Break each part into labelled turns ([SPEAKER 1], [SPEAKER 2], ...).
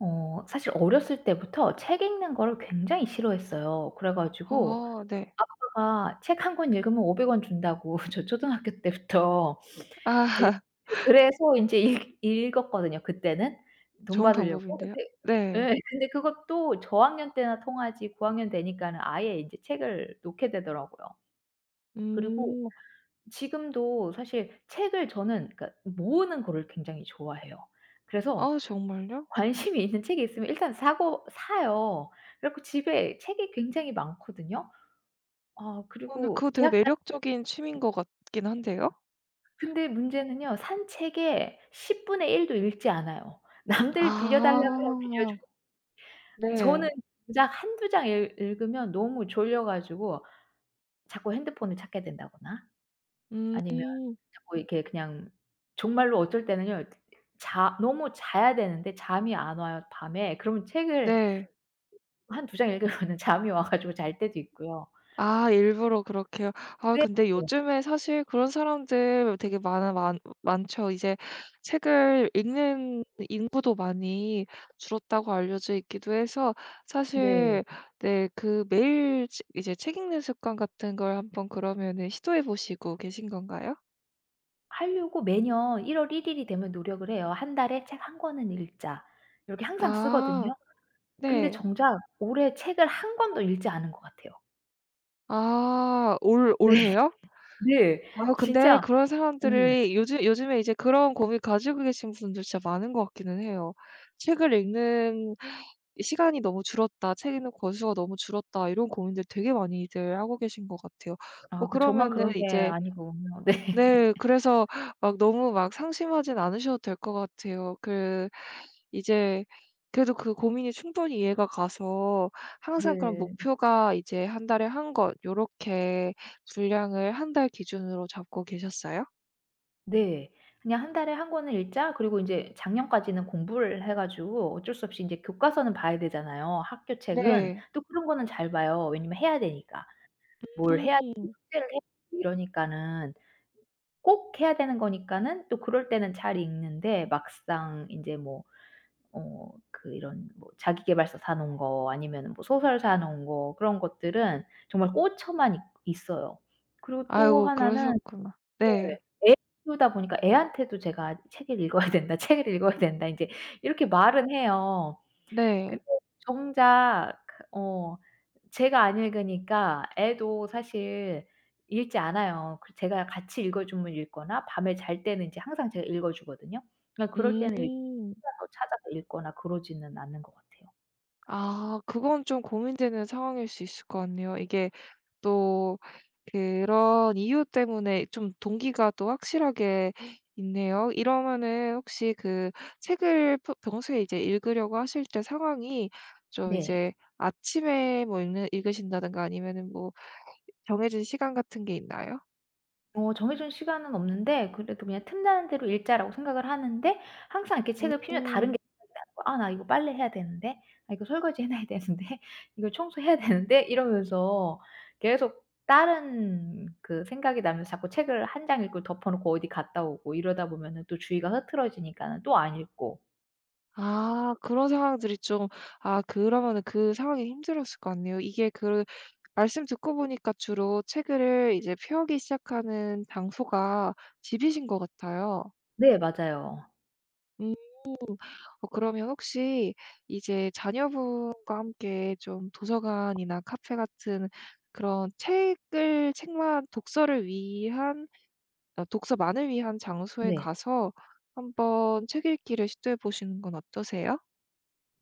[SPEAKER 1] 사실 어렸을 때부터 책 읽는 거를 굉장히 싫어했어요. 그래 가지고
[SPEAKER 2] 어 네.
[SPEAKER 1] 책 한 권 읽으면 500원 준다고 저 초등학교 때부터 읽
[SPEAKER 2] 아
[SPEAKER 1] 그래서 이제 읽 읽었거든요 그때는. 돈
[SPEAKER 2] 좋은
[SPEAKER 1] 받으려고.
[SPEAKER 2] 방법인데요.
[SPEAKER 1] 근데,
[SPEAKER 2] 네.
[SPEAKER 1] 예, 근데 그것도 저학년 때나 통하지 고학년 되니까는 아예 이제 책을 놓게 되더라고요. 그리고
[SPEAKER 2] 음.
[SPEAKER 1] 지금도 사실 책을 저는 그러니까 모으는 거를 굉장히 좋아해요. 그래서
[SPEAKER 2] 아 정말요?
[SPEAKER 1] 관심이 있는 책이 있으면 일단 사고 사요. 그래 갖고 집에 책이 굉장히 많거든요.
[SPEAKER 2] 어 근데
[SPEAKER 1] 그리고
[SPEAKER 2] 그거 되게
[SPEAKER 1] 대학 다
[SPEAKER 2] 매력적인 취미인 것 같긴 한데요.
[SPEAKER 1] 근데 문제는요, 산 책의 10 분의 1도 읽지 않아요. 남들 빌려 달라고 하면 빌려
[SPEAKER 2] 아.
[SPEAKER 1] 주고 저는
[SPEAKER 2] 네.
[SPEAKER 1] 고작 한두 장 읽 읽으면 너무 졸려 가지고 자꾸 핸드폰을 찾게 된다거나
[SPEAKER 2] 음.
[SPEAKER 1] 아니면 자꾸 이렇게 그냥 정말로 어쩔 때는요, 자 너무 자야 되는데 잠이 안 와요 밤에. 그러면 책을
[SPEAKER 2] 네.
[SPEAKER 1] 한 두 장 읽으면은 잠이 와 가지고 잘 때도 있고요.
[SPEAKER 2] 아 일부러 그렇게요. 아
[SPEAKER 1] 네.
[SPEAKER 2] 근데 요즘에 사실 그런 사람들 되게 많아 많 많죠. 이제 책을 읽는 인구도 많이 줄었다고 알려져 있기도 해서
[SPEAKER 1] 네.
[SPEAKER 2] 사실 네 그 매일 치 이제 책 읽는 습관 같은 걸 한번 그러면은 시도해 보시고 계신 건가요?
[SPEAKER 1] 하려고 매년 1월 1 일이 되면 노력을 해요. 한 달에 책 한 권은 읽자. 이렇게 항상 쓰거든요.
[SPEAKER 2] 아
[SPEAKER 1] 근데
[SPEAKER 2] 네.
[SPEAKER 1] 정작 올해 책을 한 권도 읽지 않은 것 같아요.
[SPEAKER 2] 아 올
[SPEAKER 1] 네.
[SPEAKER 2] 올해요?
[SPEAKER 1] 네.
[SPEAKER 2] 아 근데
[SPEAKER 1] 진짜
[SPEAKER 2] 그런
[SPEAKER 1] 예.
[SPEAKER 2] 사람들이 요즘 요즘에 이제 그런 고민 가지고 계신 분들 진짜 많은 것 같기는 해요. '책을 읽는 시간이 너무 줄었다. 책 읽는 권수가 너무 줄었다.' 이런 고민들 되게 많이들 하고 계신 것 같아요.
[SPEAKER 1] 아
[SPEAKER 2] 어
[SPEAKER 1] 그 저만
[SPEAKER 2] 그러면은
[SPEAKER 1] 그런 게
[SPEAKER 2] 이제
[SPEAKER 1] 아니군요. 네.
[SPEAKER 2] 네 그래서 막 너무 막 상심하진 않으셔도 될 것 같아요. 그 이제 그래도 그 고민이 충분히 이해가 가서 항상 그런
[SPEAKER 1] 네.
[SPEAKER 2] 목표가 이제 한 달에 한 권 요렇게 분량을 한 달 기준으로 잡고 계셨어요?
[SPEAKER 1] 네. 그냥 한 달에 한 권을 읽자. 그리고 인제 작년까지는 공부를 해 가지고 어쩔 수 없이 인제 교과서는 봐야 되잖아요, 학교 책은.
[SPEAKER 2] 네.
[SPEAKER 1] 또 그런 거는 잘 봐요. 왜냐면 해야 되니까. 뭘 해야 되고 숙제를 해야 되고 이러니까는, 꼭 해야 되는 거니까는 또 그럴 때는 잘 읽는데 막상 인제 뭐 그 이런 뭐 자기 계발서 사 놓은 거 아니면은 뭐 소설 사 놓은 거 그런 것들은 정말 꽂혀만 있 있어요. 그리고 또
[SPEAKER 2] 아이고
[SPEAKER 1] 하나는
[SPEAKER 2] 그러셨구나. 네.
[SPEAKER 1] 네. 애 키우다 보니까 애한테도 제가 "책을 읽어야 된다. 책을 읽어야 된다." 인제 이렇게 말은 해요. 근데
[SPEAKER 2] 네.
[SPEAKER 1] 정작 어 제가 안 읽으니까 애도 사실 읽지 않아요. 그 제가 같이 읽어 주면 읽거나 밤에 잘 때는 이제 항상 제가 읽어 주거든요. 그러니까 그럴 때는 읽
[SPEAKER 2] 음.
[SPEAKER 1] 시간을 찾아서 읽거나 그러지는 않는 것 같아요.
[SPEAKER 2] 아 그건 좀 고민되는 상황일 수 있을 것 같네요. 이게 또 그런 이유 때문에 좀 동기가 또 확실하게 있네요. 이러면은 혹시 그 책을 펴 평소에 이제 읽으려고 하실 때 상황이 좀
[SPEAKER 1] 네.
[SPEAKER 2] 이제 아침에 뭐 읽는 읽으신다든가 아니면은 뭐 정해진 시간 같은 게 있나요?
[SPEAKER 1] 정해준 시간은 없는데 그래도 그냥 틈나는 대로 읽자라고 생각을 하는데 항상 이렇게
[SPEAKER 2] 음.
[SPEAKER 1] 책을 펴면 다른 게 생각이 나는 거야. '아 나 이거 빨래 해야 되는데. 아 이거 설거지 해 놔야 되는데. 이거 청소해야 되는데.' 이러면서 계속 다른 그 생각이 나면서 자꾸 책을 한 장 읽고 덮어 놓고 어디 갔다 오고 이러다 보면은 또 주의가 흐트러지니까는 또 안 읽고.
[SPEAKER 2] 아 그런 상황들이 좀 아 그러면은 그 상황이 힘들었을 것 같네요. 이게 그 말씀 듣고 보니까 주로 책을 이제 펴기 시작하는 장소가 집이신 것 같아요.
[SPEAKER 1] 네 맞아요.
[SPEAKER 2] 음. 어 그러면 혹시 이제 자녀분과 함께 좀 도서관이나 카페 같은 그런 책을 책만 독서를 위한 어 독서만을 위한 장소에
[SPEAKER 1] 네.
[SPEAKER 2] 가서 한번 책 읽기를 시도해 보시는 건 어떠세요?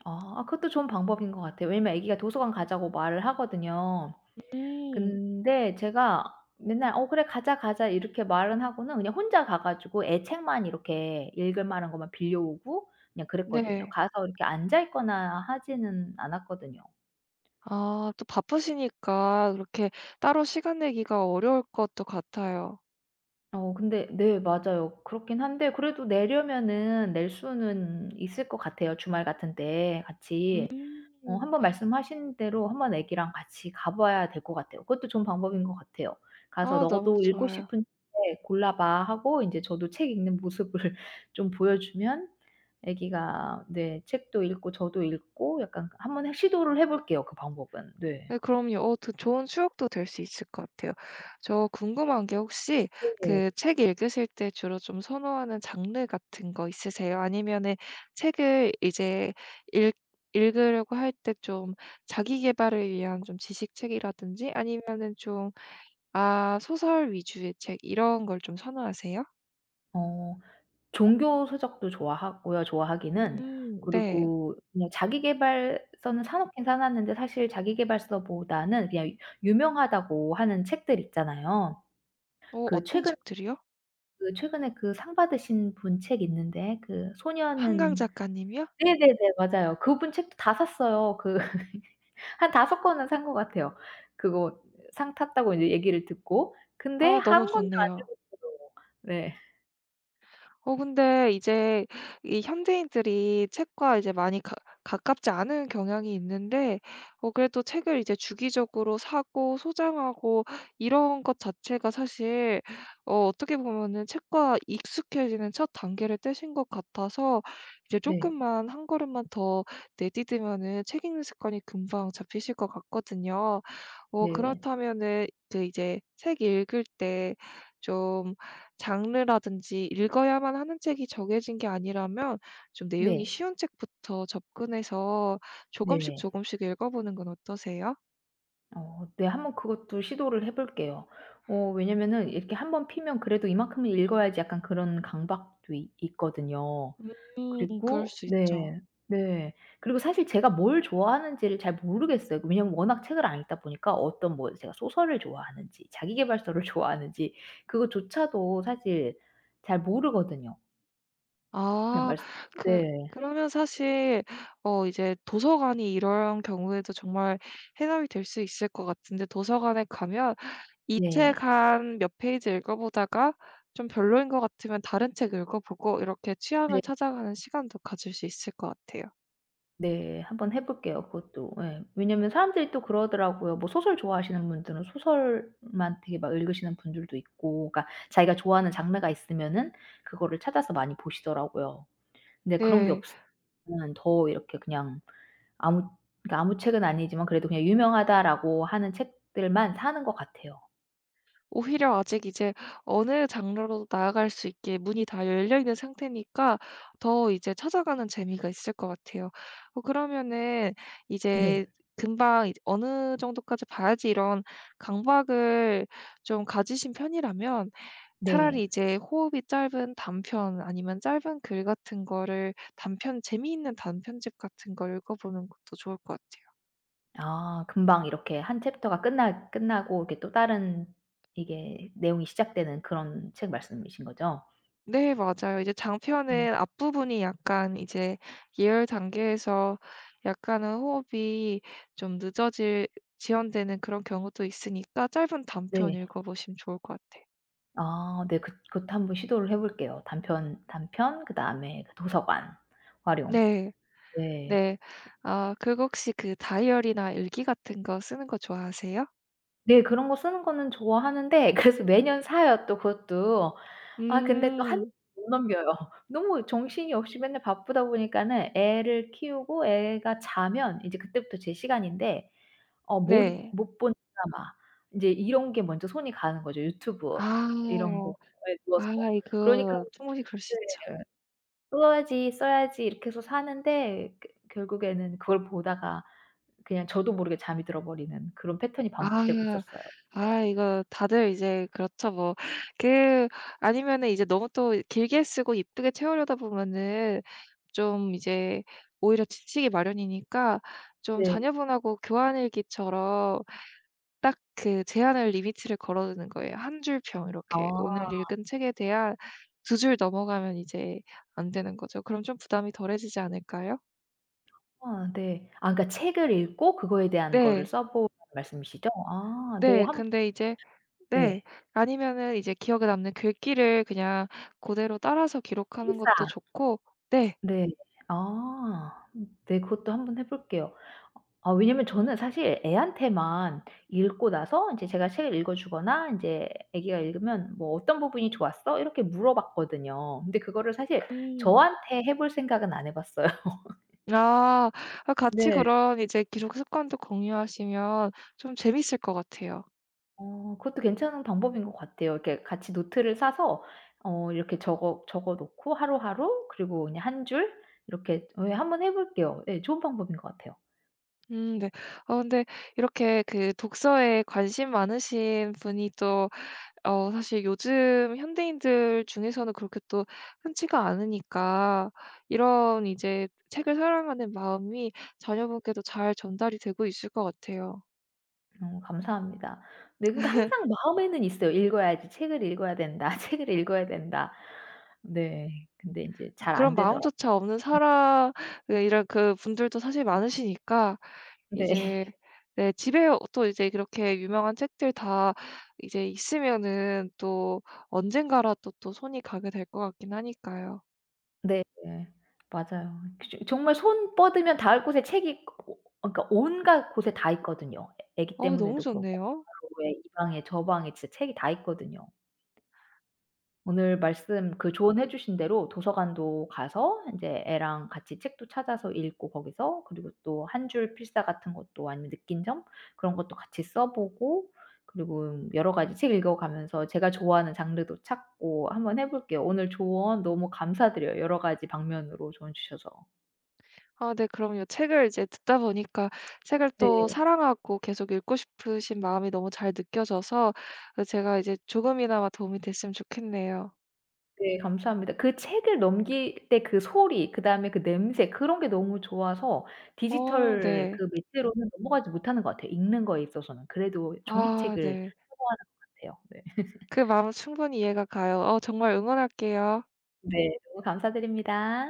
[SPEAKER 1] 아 그것도 좋은 방법인 것 같아요. 왜냐면 아기가 도서관 가자고 말을 하거든요.
[SPEAKER 2] 음.
[SPEAKER 1] 근데 제가 맨날 "어 그래 가자, 가자." 이렇게 말은 하고는 그냥 혼자 가 가지고 애 책만 이렇게 읽을 만한 것만 빌려오고 그냥 그랬거든요.
[SPEAKER 2] 네.
[SPEAKER 1] 가서 이렇게 앉아 있거나 하지는 않았거든요.
[SPEAKER 2] 아 또 바쁘시니까 그렇게 따로 시간 내기가 어려울 것도 같아요.
[SPEAKER 1] 근데 네 맞아요. 그렇긴 한데 그래도 내려면은 낼 수는 있을 것 같아요 주말 같은 때 같이.
[SPEAKER 2] 음.
[SPEAKER 1] 한번 말씀하신 대로 한번 애기랑 같이 가 봐야 될 것 같아요. 그것도 좋은 방법인 것 같아요. 가서
[SPEAKER 2] 아 너무
[SPEAKER 1] "너도 읽고
[SPEAKER 2] 좋아요.
[SPEAKER 1] 싶은 책 골라 봐." 하고 인제 저도 책 읽는 모습을 좀 보여주면 애기가 네 책도 읽고 저도 읽고 약간 한번 해 시도를 해 볼게요 그 방법은. 네.
[SPEAKER 2] 네 그럼요. 어 더 좋은 추억도 될 수 있을 것 같아요. 저 궁금한 게 혹시
[SPEAKER 1] 네.
[SPEAKER 2] 그 책 읽으실 때 주로 좀 선호하는 장르 같은 거 있으세요? 아니면은 책을 이제 읽 읽으려고 할 때 좀 자기 계발을 위한 좀 지식책이라든지 아니면은 좀 아 소설 위주의 책 이런 걸 좀 선호하세요?
[SPEAKER 1] 어. 종교 서적도 좋아하고요, 좋아하기는.
[SPEAKER 2] 네.
[SPEAKER 1] 그리고 그냥 자기계발서는 사 놓긴 사 놨는데 사실 자기계발서보다는 그냥 유명하다고 하는 책들 있잖아요.
[SPEAKER 2] 어
[SPEAKER 1] 그
[SPEAKER 2] 어떤
[SPEAKER 1] 최근
[SPEAKER 2] 책들이요?
[SPEAKER 1] 그 최근에 그 상 받으신 분 책 있는데 그
[SPEAKER 2] 한강
[SPEAKER 1] 소녀는
[SPEAKER 2] 작가님이요?
[SPEAKER 1] 네네네. 맞아요. 그분 책도 다 샀어요. 그 한 다섯 권은 산 것 같아요. 그거 상 탔다고 인제 얘기를 듣고. 근데
[SPEAKER 2] 아 너무
[SPEAKER 1] 한 권도 안
[SPEAKER 2] 좋네요.
[SPEAKER 1] 읽었어요. 네.
[SPEAKER 2] 어 근데 이제 이 현대인들이 책과 이제 많이 가 가깝지 않은 경향이 있는데 어 그래도 책을 이제 주기적으로 사고 소장하고 이런 것 자체가 사실 어 어떻게 보면은 책과 익숙해지는 첫 단계를 떼신 것 같아서 이제 조
[SPEAKER 1] 네.
[SPEAKER 2] 금만 한 걸음만 더 내디디면은 책 읽는 습관이 금방 잡히실 것 같거든요. 어
[SPEAKER 1] 네.
[SPEAKER 2] 그렇다면은 그 이제 책 읽을 때좀 장르라든지 읽어야만 하는 책이 정해진 게 아니라면 좀 내용이
[SPEAKER 1] 네.
[SPEAKER 2] 쉬운 책부터 접근해서 조금씩
[SPEAKER 1] 네.
[SPEAKER 2] 조금씩 읽어보는 건 어떠세요?
[SPEAKER 1] 네. 한번 그것도 시도를 해 볼게요. 왜냐면은 이렇게 한번 피면 그래도 '이만큼은 읽어야지.' 약간 그런 강박도 이 있거든요.
[SPEAKER 2] 그럴
[SPEAKER 1] 그리고
[SPEAKER 2] 수 있죠.
[SPEAKER 1] 네. 네. 그리고 사실 제가 뭘 좋아하는지를 잘 모르겠어요. 왜냐면 워낙 책을 안 읽다 보니까 어떤 뭐 제가 소설을 좋아하는지 자기 계발서를 좋아하는지 그거조차도 사실 잘 모르거든요. 그냥
[SPEAKER 2] 아
[SPEAKER 1] 말씀
[SPEAKER 2] 그
[SPEAKER 1] 네.
[SPEAKER 2] 그러면 사실 어 이제 도서관이 이런 경우에도 정말 해답이 될 수 있을 것 같은데 도서관에 가면 이 책
[SPEAKER 1] 네.
[SPEAKER 2] 한 몇 페이지 읽어보다가 좀 별로인 것 같으면 다른 책 읽어보고 이렇게
[SPEAKER 1] 네.
[SPEAKER 2] 취향을 찾아가는 시간도 가질 수 있을 것 같아요.
[SPEAKER 1] 네. 한번 해 볼게요 그것도. 예. 왜냐면 사람들이 또 그러더라고요. 뭐 소설 좋아하시는 분들은 소설만 되게 막 읽으시는 분들도 있고 그러니까 자기가 좋아하는 장르가 있으면은 그거를 찾아서 많이 보시더라고요. 근데 그런 게
[SPEAKER 2] 네.
[SPEAKER 1] 없으면 더 이렇게 그냥 아무 그러니까 아무 책은 아니지만 그래도 그냥 유명하다라고 하는 책들만 사는 것 같아요.
[SPEAKER 2] 오히려 아직 이제 어느 장르로도 나아갈 수 있게 문이 다 열려 있는 상태니까 더 이제 찾아가는 재미가 있을 것 같아요. 어 그러면은 이제
[SPEAKER 1] 네.
[SPEAKER 2] 금방 이제 어느 정도까지 봐야지 이런 강박을 좀 가지신 편이라면
[SPEAKER 1] 네.
[SPEAKER 2] 차라리 이제 호흡이 짧은 단편 아니면 짧은 글 같은 거를 단편 재미있는 단편집 같은 걸 읽어보는 것도 좋을 것 같아요.
[SPEAKER 1] 아 금방 이렇게 한 챕터가 끝나고 이렇게 또 다른 이게 내용이 시작되는 그런 책 말씀이신 거죠?
[SPEAKER 2] 네 맞아요. 이제
[SPEAKER 1] 네.
[SPEAKER 2] 장편은 앞부분이 약간 이제 예열 단계에서 약간은 호흡이 좀 늦어질 지연되는 그런 경우도 있으니까 짧은 단편
[SPEAKER 1] 네.
[SPEAKER 2] 읽어보시면 좋을 것 같아요.
[SPEAKER 1] 아 네. 그 그것도 한번 시도를 해 볼게요. 단편 단편 그다음에 그 도서관 활용.
[SPEAKER 2] 네.
[SPEAKER 1] 네.
[SPEAKER 2] 네. 아 그거 혹시 그 다이어리나 일기 같은 거 쓰는 거 좋아하세요?
[SPEAKER 1] 네 그런 거 쓰는 거는 좋아하는데 그래서 매년 사요 또 그것도. 아 근데 또 한 권
[SPEAKER 2] 음.
[SPEAKER 1] 못 넘겨요. 너무 정신이 없이 맨날 바쁘다 보니까는 애를 키우고 애가 자면 이제 그때부터 제 시간인데 못
[SPEAKER 2] 네.
[SPEAKER 1] 못 본 드라마 이제 이런 게 먼저 손이 가는 거죠. 유튜브 이런 거에
[SPEAKER 2] 아.
[SPEAKER 1] 누워서.
[SPEAKER 2] 아
[SPEAKER 1] 그러니까
[SPEAKER 2] 이거 충분히 그럴 수 있죠.
[SPEAKER 1] 네. 써야지, 써야지 이렇게 해서 사는데 그 결국에는 그걸 보다가 그냥 저도 모르게 잠이 들어 버리는 그런 패턴이 반복되고
[SPEAKER 2] 아.
[SPEAKER 1] 있었어요.
[SPEAKER 2] 아 이거 다들 이제 그렇죠 뭐. 그 아니면은 이제 너무 또 길게 쓰고 이쁘게 채우려다 보면은 좀 이제 오히려 지치기 마련이니까 좀
[SPEAKER 1] 네.
[SPEAKER 2] 자녀분하고 교환일기처럼 딱 그 제한을 리미트를 걸어 두는 거예요. 한 줄 평 이렇게. 오늘
[SPEAKER 1] 아.
[SPEAKER 2] 읽은 책에 대한 두 줄 넘어가면 이제 안 되는 거죠. 그럼 좀 부담이 덜해지지 않을까요?
[SPEAKER 1] 아 네. 아 그러니까 책을 읽고 그거에 대한 거를
[SPEAKER 2] 네.
[SPEAKER 1] 써 보라는 말씀이시죠? 아 네.
[SPEAKER 2] 네.
[SPEAKER 1] 한
[SPEAKER 2] 근데 이제 네.
[SPEAKER 1] 네.
[SPEAKER 2] 아니면은 이제 기억에 남는 글귀를 그냥 그대로 따라서 기록하는
[SPEAKER 1] 필사.
[SPEAKER 2] 것도 좋고 네.
[SPEAKER 1] 네. 아. 네 그것도 한번 해 볼게요. 아 왜냐면 저는 사실 애한테만 읽고 나서 이제 제가 책을 읽어 주거나 이제 애기가 읽으면 뭐 "어떤 부분이 좋았어?" 이렇게 물어봤거든요. 근데 그거를 사실
[SPEAKER 2] 음.
[SPEAKER 1] 저한테 해볼 생각은 안 해 봤어요.
[SPEAKER 2] 아. 아 같이
[SPEAKER 1] 네.
[SPEAKER 2] 그런 이제 기록 습관도 공유하시면 좀 재밌을 것 같아요.
[SPEAKER 1] 그것도 괜찮은 방법인 것 같아요. 이렇게 같이 노트를 사서 이렇게 적어 놓고 하루하루 그리고 그냥 한 줄 이렇게 예 한번 해 볼게요. 네, 좋은 방법인 것 같아요.
[SPEAKER 2] 네. 어 근데 이렇게 그 독서에 관심 많으신 분이 또 어 사실 요즘 현대인들 중에서는 그렇게 또 흔치가 않으니까 이런 이제 책을 사랑하는 마음이 자녀분께도 잘 전달이 되고 있을 것 같아요.
[SPEAKER 1] 감사합니다. 네 그러니까 항상 마음에는 있어요. '읽어야지. 책을 읽어야 된다. 책을 읽어야 된다.' 네. 근데 이제
[SPEAKER 2] 아,
[SPEAKER 1] 잘 안
[SPEAKER 2] 그런
[SPEAKER 1] 되더라
[SPEAKER 2] 마음조차 없는 사람 그 이런 그 분들도 사실 많으시니까
[SPEAKER 1] 네.
[SPEAKER 2] 이제 네 집에 또 이제 그렇게 유명한 책들 다 이제 있으면은 또 언젠가라도 또 손이 가게 될 것 같긴 하니까요.
[SPEAKER 1] 네. 네. 맞아요. 그 정말 손 뻗으면 닿을 곳에 책이 오 그러니까 온갖 곳에 다 있거든요. 애 애기
[SPEAKER 2] 어 너무
[SPEAKER 1] 때문에도 그렇고
[SPEAKER 2] 좋네요.
[SPEAKER 1] 바로 왜 이 방에 저 방에 진짜 책이 다 있거든요. 오늘 말씀 그 조언해 주신 대로 도서관도 가서 인제 애랑 같이 책도 찾아서 읽고 거기서 그리고 또 한 줄 필사 같은 것도 아니면 느낀 점 그런 것도 같이 써 보고 그리고 여러 가지 책 읽어 가면서 제가 좋아하는 장르도 찾고 한번 해 볼게요. 오늘 조언 너무 감사드려요. 여러 가지 방면으로 조언 주셔서.
[SPEAKER 2] 아 네 그럼요. 책을 이제 듣다 보니까 책을 또
[SPEAKER 1] 네.
[SPEAKER 2] 사랑하고 계속 읽고 싶으신 마음이 너무 잘 느껴져서 그 제가 이제 조금이나마 도움이 됐으면 좋겠네요.
[SPEAKER 1] 네 감사합니다. 그 책을 넘길 때 그 소리 그다음에 그 냄새 그런 게 너무 좋아서
[SPEAKER 2] 어
[SPEAKER 1] 디지털
[SPEAKER 2] 네.
[SPEAKER 1] 그 매체로는 넘어가지 못하는 것 같아요, 읽는 거에 있어서는. 그래도
[SPEAKER 2] 아
[SPEAKER 1] 종이책을
[SPEAKER 2] 네.
[SPEAKER 1] 선호하는 것 같아요. 네.
[SPEAKER 2] 그 마음 충분히 이해가 가요. 어 정말 응원할게요.
[SPEAKER 1] 네. 너무 감사드립니다.